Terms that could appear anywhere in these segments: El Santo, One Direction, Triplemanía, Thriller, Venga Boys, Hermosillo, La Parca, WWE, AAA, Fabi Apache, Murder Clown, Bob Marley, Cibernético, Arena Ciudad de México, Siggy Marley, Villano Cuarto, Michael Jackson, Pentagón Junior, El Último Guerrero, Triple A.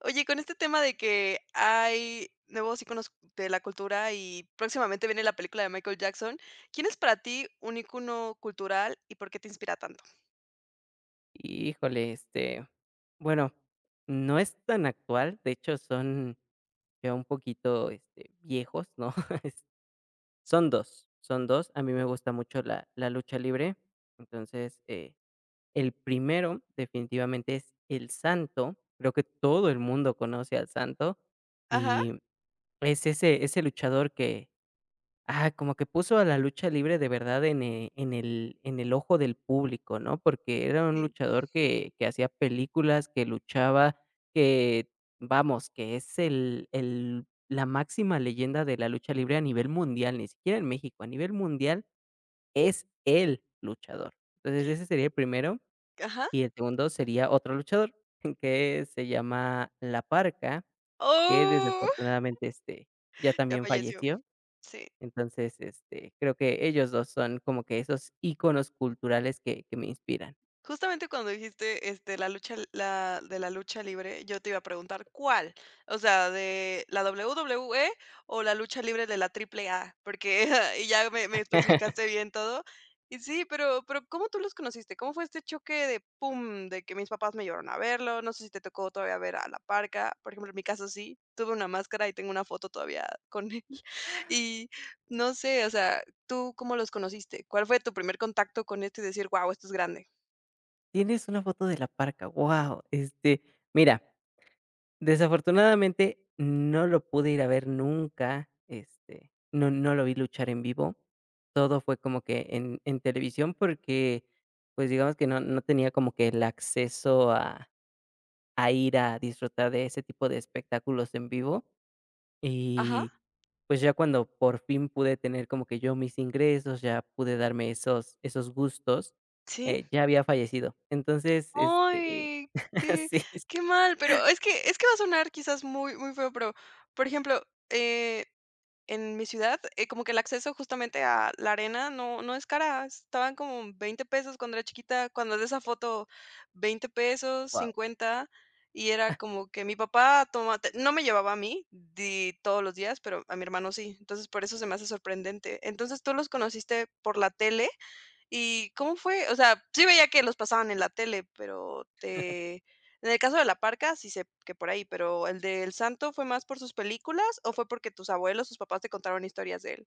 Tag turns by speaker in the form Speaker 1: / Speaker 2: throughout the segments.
Speaker 1: Oye, con este tema de que hay nuevos iconos de la cultura y próximamente viene la película de Michael Jackson, ¿quién es para ti un icono cultural y por qué te inspira tanto?
Speaker 2: Híjole, bueno, no es tan actual, de hecho son ya un poquito, viejos, ¿no? Es Son 2, son 2. A mí me gusta mucho la lucha libre, entonces, el primero definitivamente es El Santo, creo que todo el mundo conoce al Santo,
Speaker 1: Ajá,
Speaker 2: y es ese luchador como que puso a la lucha libre de verdad en, en el ojo del público, ¿no? Porque era un
Speaker 1: sí,
Speaker 2: luchador que hacía películas, que luchaba, que, vamos, que es el la máxima leyenda de la lucha libre a nivel mundial, ni siquiera en México, a nivel mundial es el luchador. Entonces, ese sería el primero,
Speaker 1: ajá.
Speaker 2: y el segundo sería otro luchador, que se llama La Parca, que
Speaker 1: Oh,
Speaker 2: desafortunadamente, ya
Speaker 1: ya
Speaker 2: también
Speaker 1: falleció,
Speaker 2: falleció.
Speaker 1: sí.
Speaker 2: Entonces, creo que ellos 2 son como que esos iconos culturales que me inspiran.
Speaker 1: Justamente cuando dijiste, la lucha la de la lucha libre, yo te iba a preguntar, ¿cuál? O sea, ¿de la WWE o la lucha libre de la AAA? Porque y ya me especificaste bien todo. Y sí, pero, ¿cómo tú los conociste? ¿Cómo fue este choque de pum, de que mis papás me llevaron a verlo? No sé si te tocó todavía ver a la Parca. Por ejemplo, en mi caso sí, tuve una máscara y tengo una foto todavía con él. Y no sé, o sea, ¿tú cómo los conociste? ¿Cuál fue tu primer contacto con esto y decir: "Guau, esto es grande"?
Speaker 2: ¿Tienes una foto de la parca? Wow, mira, desafortunadamente no lo pude ir a ver nunca, no lo vi luchar en vivo. Todo fue como que en televisión porque, pues, digamos que no tenía como que el acceso a ir a disfrutar de ese tipo de espectáculos en vivo.
Speaker 1: Ajá,
Speaker 2: Y, pues, ya cuando por fin pude tener como que yo mis ingresos, ya pude darme esos gustos,
Speaker 1: sí.
Speaker 2: ya había fallecido. Entonces,
Speaker 1: Ay, qué
Speaker 2: sí,
Speaker 1: qué mal, pero es que va a sonar quizás muy muy feo, pero, por ejemplo, eh, en mi ciudad, como que el acceso justamente a la arena no es cara, estaban como veinte pesos cuando era chiquita, cuando es de esa foto, veinte pesos,
Speaker 2: wow.
Speaker 1: cincuenta, y era como que mi papá toma te no me llevaba a mí di todos los días, pero a mi hermano sí, entonces por eso se me hace sorprendente. Entonces, ¿tú los conociste por la tele? ¿Y cómo fue? O sea, sí veía que los pasaban en la tele, pero te en el caso de La Parca, sí sé que por ahí, pero ¿el de El Santo fue más por sus películas o fue porque tus abuelos, tus papás te contaron historias de él?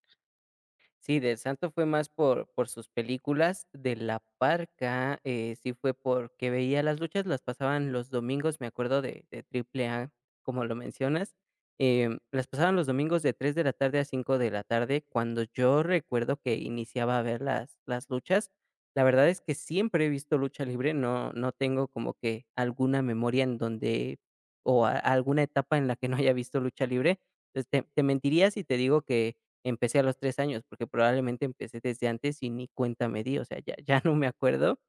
Speaker 2: Sí, del Santo fue más por sus películas. De La Parca, sí fue porque veía las luchas, las pasaban los domingos, me acuerdo de Triple A, como lo mencionas. Las pasaban los domingos de 3 de la tarde a 5 de la tarde, cuando yo recuerdo que iniciaba a ver las luchas. La verdad es que siempre he visto lucha libre. No tengo como que alguna memoria en donde o a alguna etapa en la que no haya visto lucha libre. Entonces, te mentiría si te digo que empecé a los 3 años, porque probablemente empecé desde antes y ni cuenta me di, o sea, ya no me acuerdo,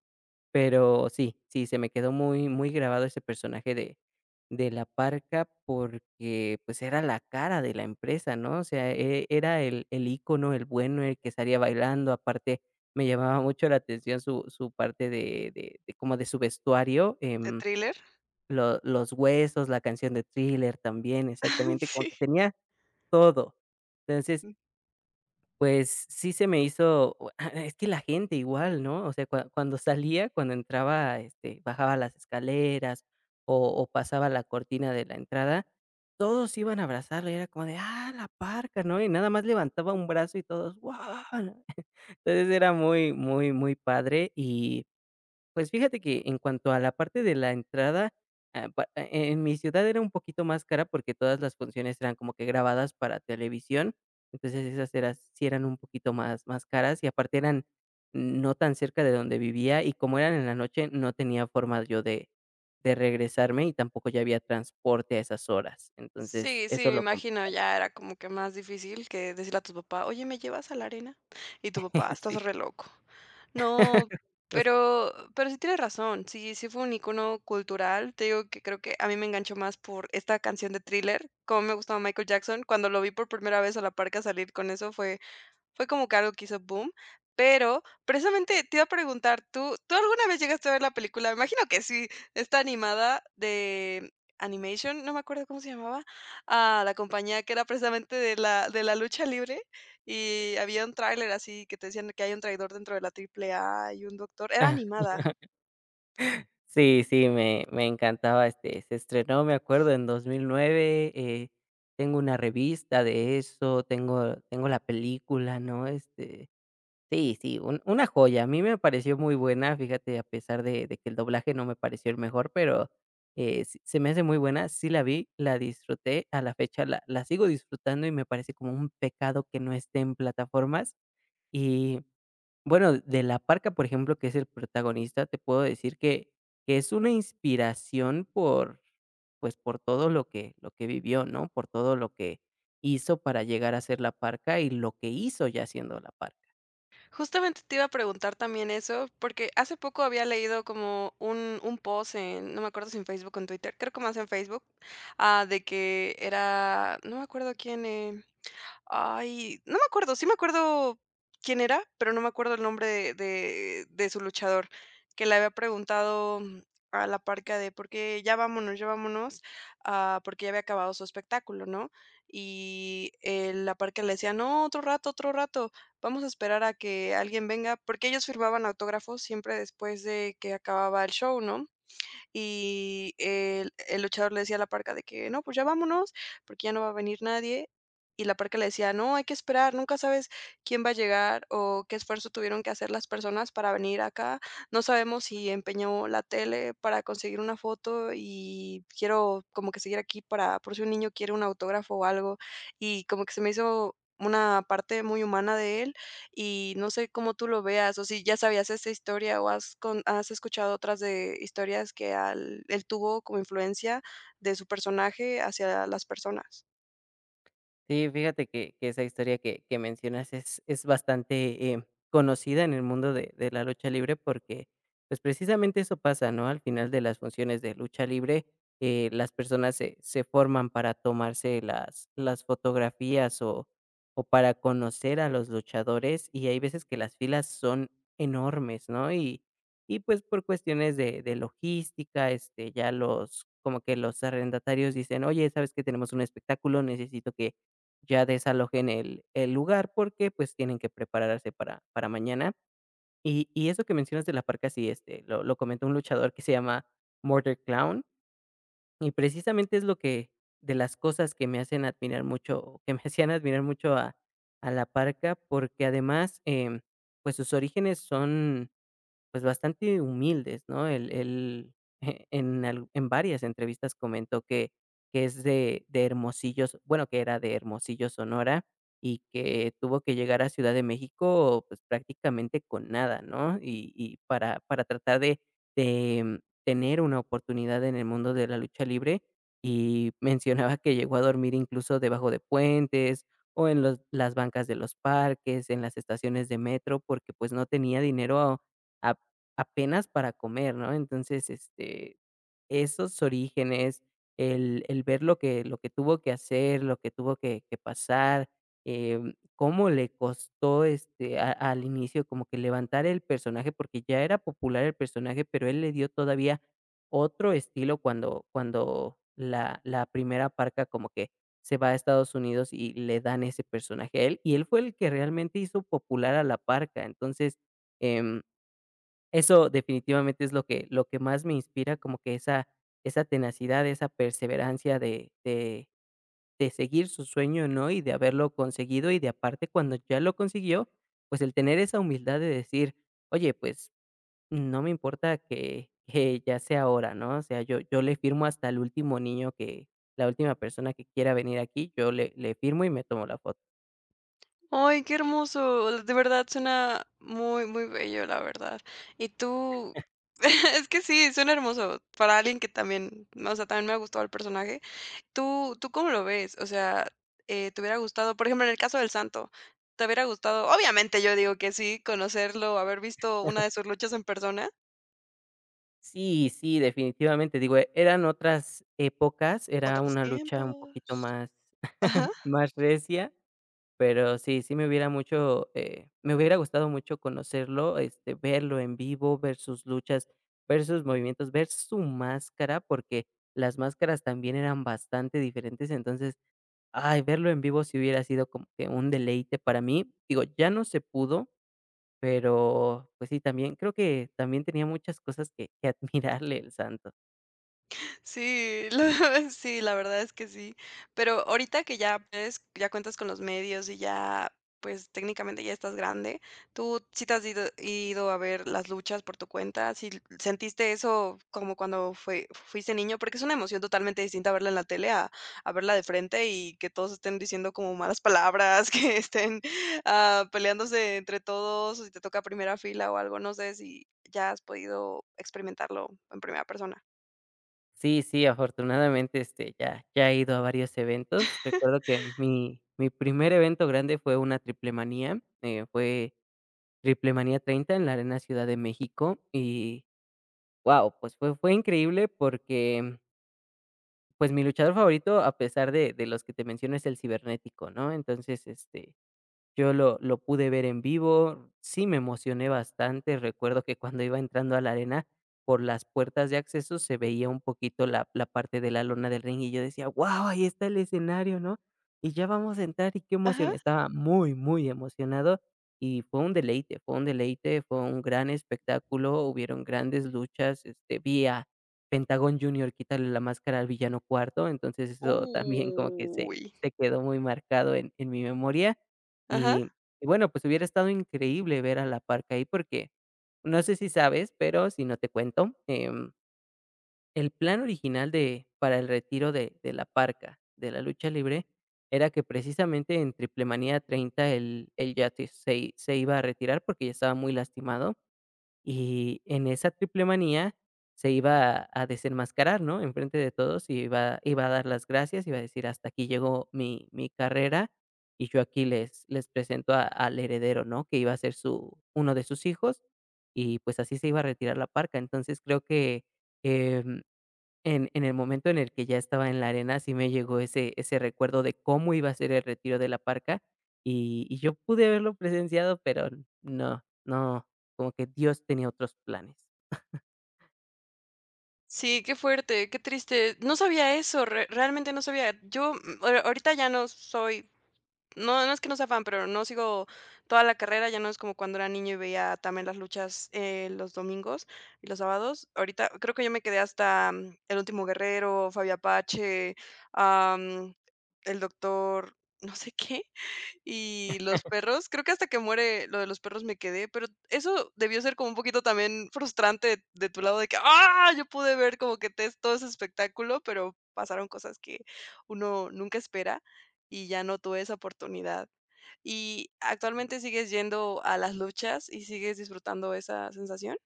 Speaker 2: pero sí, sí, se me quedó muy muy grabado ese personaje de la parca porque, pues, era la cara de la empresa, ¿no? O sea, era el ícono, el bueno, el que salía bailando. Aparte me llamaba mucho la atención su parte de su vestuario,
Speaker 1: ¿De Thriller?
Speaker 2: lo los huesos, la canción de Thriller también, exactamente, como que
Speaker 1: Sí.
Speaker 2: tenía todo. Entonces,
Speaker 1: Mm.
Speaker 2: pues, sí se me hizo es que la gente igual, ¿no? O sea, cuando salía, cuando entraba, bajaba las escaleras o pasaba la cortina de la entrada, todos iban a abrazarla, era como de: "¡Ah, la parca!", ¿no? Y nada más levantaba un brazo y todos: "¡Guau!". Entonces, era muy, muy, muy padre. Y pues fíjate que en cuanto a la parte de la entrada, ah, pa e en mi ciudad era un poquito más cara porque todas las funciones eran como que grabadas para televisión. Entonces, esas eran, sí eran un poquito más caras y aparte eran no tan cerca de donde vivía, y como eran en la noche, no tenía forma yo de regresarme y tampoco ya había transporte a esas horas. Entonces,
Speaker 1: Sí, sí,
Speaker 2: eso
Speaker 1: me
Speaker 2: lo com
Speaker 1: imagino, ya era como que más difícil que decirle a tu papá, oye, ¿me llevas a la arena? Y tu papá,
Speaker 2: sí.
Speaker 1: estás re loco. No,
Speaker 2: Pues,
Speaker 1: pero sí tienes razón, sí, sí fue un icono cultural, te digo que creo que a mí me enganchó más por esta canción de Thriller, como me gustaba Michael Jackson, cuando lo vi por primera vez a la Parca salir con eso fue fue como que algo que hizo boom, pero precisamente te iba a preguntar, ¿¿tú alguna vez llegaste a ver la película? Me imagino que sí. Está animada de Animation, no me acuerdo cómo se llamaba, a la compañía que era precisamente de la lucha libre, y había un tráiler así que te decían que hay un traidor dentro de la Triple A y un doctor, era
Speaker 2: ajá.
Speaker 1: animada.
Speaker 2: Sí, sí, me encantaba, se estrenó, me acuerdo, en 2009, tengo una revista de eso, tengo la película, ¿no? Sí, sí, un una joya. A mí me pareció muy buena, fíjate, a pesar de que el doblaje no me pareció el mejor, pero, s se me hace muy buena, sí la vi, la disfruté, a la fecha la sigo disfrutando y me parece como un pecado que no esté en plataformas. Y bueno, de La Parca, por ejemplo, que es el protagonista, te puedo decir que es una inspiración por, pues, por todo lo que vivió, ¿no? Por todo lo que hizo para llegar a ser La Parca y lo que hizo ya siendo La Parca.
Speaker 1: Justamente te iba a preguntar también eso, porque hace poco había leído como un post en, no me acuerdo si en Facebook o en Twitter, creo que más en Facebook, ah, de que era, no me acuerdo quién, ay, no me acuerdo, sí me acuerdo quién era, pero no me acuerdo el nombre de de su luchador, que le había preguntado a la Parca de: "¿Por qué? Ya vámonos", ah, porque ya había acabado su espectáculo, ¿no? Y, la Parca le decía: "No, otro rato, vamos a esperar a que alguien venga", porque ellos firmaban autógrafos siempre después de que acababa el show, ¿no? Y el luchador le decía a la Parca de que: "No, pues ya vámonos, porque ya no va a venir nadie". Y la Parca le decía: "No, hay que esperar, nunca sabes quién va a llegar o qué esfuerzo tuvieron que hacer las personas para venir acá. No sabemos si empeñó la tele para conseguir una foto y quiero como que seguir aquí para por si un niño quiere un autógrafo o algo". Y como que se me hizo una parte muy humana de él y no sé cómo tú lo veas, o si ya sabías esta historia o has con has escuchado otras de historias que al él tuvo como influencia de su personaje hacia las personas.
Speaker 2: Sí, fíjate que esa historia que mencionas es bastante, conocida en el mundo de la lucha libre porque, pues, precisamente eso pasa, ¿no? Al final de las funciones de lucha libre, las personas se forman para tomarse las fotografías o para conocer a los luchadores, y hay veces que las filas son enormes, ¿no? Y, pues, por cuestiones de logística, ya los como que los arrendatarios dicen: "Oye, ¿sabes que tenemos un espectáculo? Necesito que ya desalojen el lugar porque, pues, tienen que prepararse para mañana". Y eso que mencionas de la parca sí, lo comentó un luchador que se llama Murder Clown, y precisamente es lo que de las cosas que me hacen admirar mucho, o que me hacían admirar mucho a la parca, porque además, pues, sus orígenes son, pues, bastante humildes, ¿no? Él en varias entrevistas comentó que es de Hermosillo. Bueno, que era de Hermosillo, Sonora, y que tuvo que llegar a Ciudad de México, pues, prácticamente con nada, ¿no? Y para tratar de tener una oportunidad en el mundo de la lucha libre, y mencionaba que llegó a dormir incluso debajo de puentes, o en los las bancas de los parques, en las estaciones de metro, porque, pues, no tenía dinero apenas para comer, ¿no? Entonces, esos orígenes, el ver lo que tuvo que hacer, lo que tuvo que pasar, cómo le costó, a al inicio como que levantar el personaje, porque ya era popular el personaje, pero él le dio todavía otro estilo cuando la primera parca como que se va a Estados Unidos y le dan ese personaje a él, y él fue el que realmente hizo popular a la parca. Entonces, em eso definitivamente es lo que más me inspira, como que esa tenacidad, esa perseverancia de seguir su sueño, ¿no? Y de haberlo conseguido, y de aparte cuando ya lo consiguió, pues el tener esa humildad de decir: "Oye, pues no me importa que ya sea ahora", ¿no? O sea, yo le firmo hasta el último niño que la última persona que quiera venir aquí, yo le firmo y me tomo la foto.
Speaker 1: Ay, qué hermoso. De verdad suena muy, muy bello, la verdad. Y tú es que sí, suena hermoso para alguien que también, o sea, también me ha gustado el personaje. ¿¿Tú cómo lo ves? O sea, ¿te hubiera gustado? Por ejemplo, en el caso del Santo, ¿te hubiera gustado? Obviamente, yo digo que sí, conocerlo, haber visto una de sus luchas en persona.
Speaker 2: Sí, sí, definitivamente, digo, eran otras épocas, era
Speaker 1: Otros
Speaker 2: una lucha un poquito
Speaker 1: tiempos.
Speaker 2: más
Speaker 1: Ajá.
Speaker 2: Más recia, pero sí, sí me hubiera gustado mucho conocerlo, verlo en vivo, ver sus luchas, ver sus movimientos, ver su máscara, porque las máscaras también eran bastante diferentes, entonces, ay, verlo en vivo sí hubiera sido como que un deleite para mí. Digo, ya no se pudo, pero, pues sí, también creo que también tenía muchas cosas que admirarle el santo.
Speaker 1: Sí, la sí, la verdad es que sí. Pero ahorita que ya puedes, ya cuentas con los medios y ya, pues, técnicamente ya estás grande, ¿tú sí te has ido a ver las luchas por tu cuenta? ¿Si sentiste eso como cuando fue fuiste niño? Porque es una emoción totalmente distinta verla en la tele a verla de frente y que todos estén diciendo como malas palabras, que estén, ah, peleándose entre todos, o si te toca primera fila o algo, no sé si ya has podido experimentarlo en primera persona.
Speaker 2: Sí, sí, afortunadamente, ya he ido a varios eventos. Recuerdo que mi primer evento grande fue una Triplemanía, fue Triplemanía 30 en la Arena Ciudad de México y, wow, pues, fue increíble porque, pues, mi luchador favorito, a pesar de los que te menciono, es el Cibernético, ¿no? Entonces, yo lo pude ver en vivo, sí me emocioné bastante, recuerdo que cuando iba entrando a la arena, por las puertas de acceso se veía un poquito la parte de la lona del ring, y yo decía: "Guau, ahí está el escenario", ¿no? Y ya vamos a entrar, y qué emoción.
Speaker 1: Ajá.
Speaker 2: Estaba muy, muy emocionado, y fue un deleite, fue un deleite, fue un gran espectáculo, hubieron grandes luchas, vi a Pentagón Junior quitarle la máscara al Villano Cuarto, entonces eso también como que se
Speaker 1: Uy.
Speaker 2: se quedó muy marcado en mi memoria.
Speaker 1: Ajá.
Speaker 2: Y y bueno, pues hubiera estado increíble ver a la Parca ahí porque, no sé si sabes, pero si no te cuento, el plan original de para el retiro de la Parca, de la lucha libre, era que precisamente en Triplemanía 30 él el ya te se se iba a retirar porque ya estaba muy lastimado. Y en esa triple manía se iba a desenmascarar, ¿no? Enfrente de todos, y iba a dar las gracias, iba a decir: "Hasta aquí llegó mi carrera y yo aquí les presento a al heredero", ¿no? Que iba a ser su uno de sus hijos y, pues, así se iba a retirar la parca. Entonces, creo que, em en el momento en el que ya estaba en la arena, sí me llegó ese recuerdo de cómo iba a ser el retiro de la parca, y yo pude haberlo presenciado, pero no, no, como que Dios tenía otros planes.
Speaker 1: Sí, qué fuerte, qué triste. No sabía eso, re realmente no sabía. Yo, ahori ahorita ya no soy no, no es que no sea fan, pero no sigo toda la carrera, ya no es como cuando era niño y veía también las luchas, los domingos y los sábados. Ahorita creo que yo me quedé hasta, El Último Guerrero, Fabi Apache, am, el doctor no sé qué. Y los perros, creo que hasta que muere lo de los perros me quedé, pero eso debió ser como un poquito también frustrante de tu lado de que, ah, yo pude ver como que te todo ese espectáculo, pero pasaron cosas que uno nunca espera y ya no tuve esa oportunidad. ¿Y actualmente sigues yendo a las luchas y sigues disfrutando esa sensación?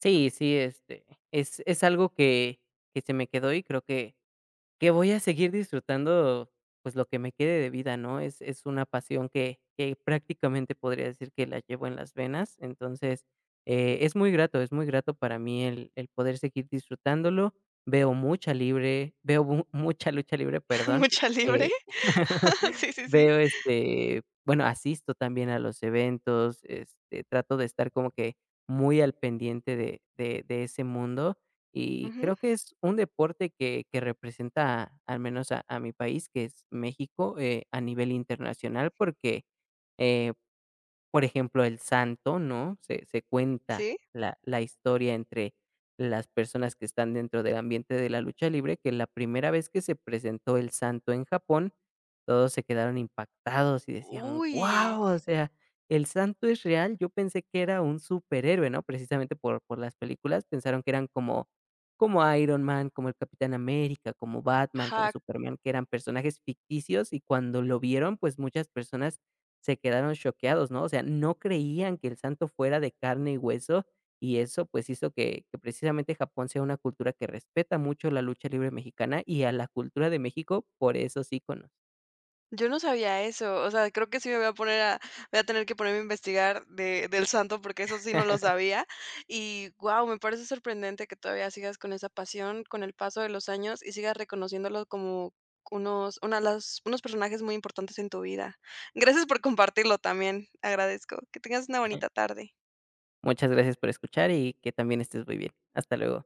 Speaker 2: Sí, sí, es algo que se me quedó y creo que voy a seguir disfrutando, pues, lo que me quede de vida, ¿no? Es una pasión que prácticamente podría decir que la llevo en las venas. Entonces, es muy grato para mí el poder seguir disfrutándolo. Veo mucha libre veo mu mucha lucha libre, perdón,
Speaker 1: ¿Mucha libre?
Speaker 2: eh
Speaker 1: Sí, sí, sí.
Speaker 2: Bueno, asisto también a los eventos, trato de estar como que muy al pendiente de ese mundo, y
Speaker 1: Ujú,
Speaker 2: creo que es un deporte que representa, al menos a mi país, que es México, a nivel internacional, porque, eh, por ejemplo, el santo, ¿no? Se cuenta
Speaker 1: sí.
Speaker 2: la historia entre las personas que están dentro del ambiente de la lucha libre, que la primera vez que se presentó el santo en Japón, todos se quedaron impactados y decían:
Speaker 1: Uy,
Speaker 2: "Guau, o sea, el santo es real". Yo pensé que era un superhéroe, ¿no? Precisamente por las películas, pensaron que eran como Iron Man, como el Capitán América, como Batman, como
Speaker 1: ajá.
Speaker 2: Superman, que eran personajes ficticios. Y cuando lo vieron, pues, muchas personas se quedaron choqueados, ¿no? O sea, no creían que el santo fuera de carne y hueso, y eso, pues, hizo que precisamente Japón sea una cultura que respeta mucho la lucha libre mexicana y a la cultura de México por esos íconos.
Speaker 1: Yo no sabía eso, o sea, creo que sí me voy a poner a voy a tener que ponerme a investigar de del Santo, porque eso sí no lo sabía. Y guau, me parece sorprendente que todavía sigas con esa pasión, con el paso de los años y sigas reconociéndolo como unos una de las unos personajes muy importantes en tu vida. Gracias por compartirlo también, agradezco. Que tengas una bonita tarde.
Speaker 2: Muchas gracias por escuchar y que también estés muy bien. Hasta luego.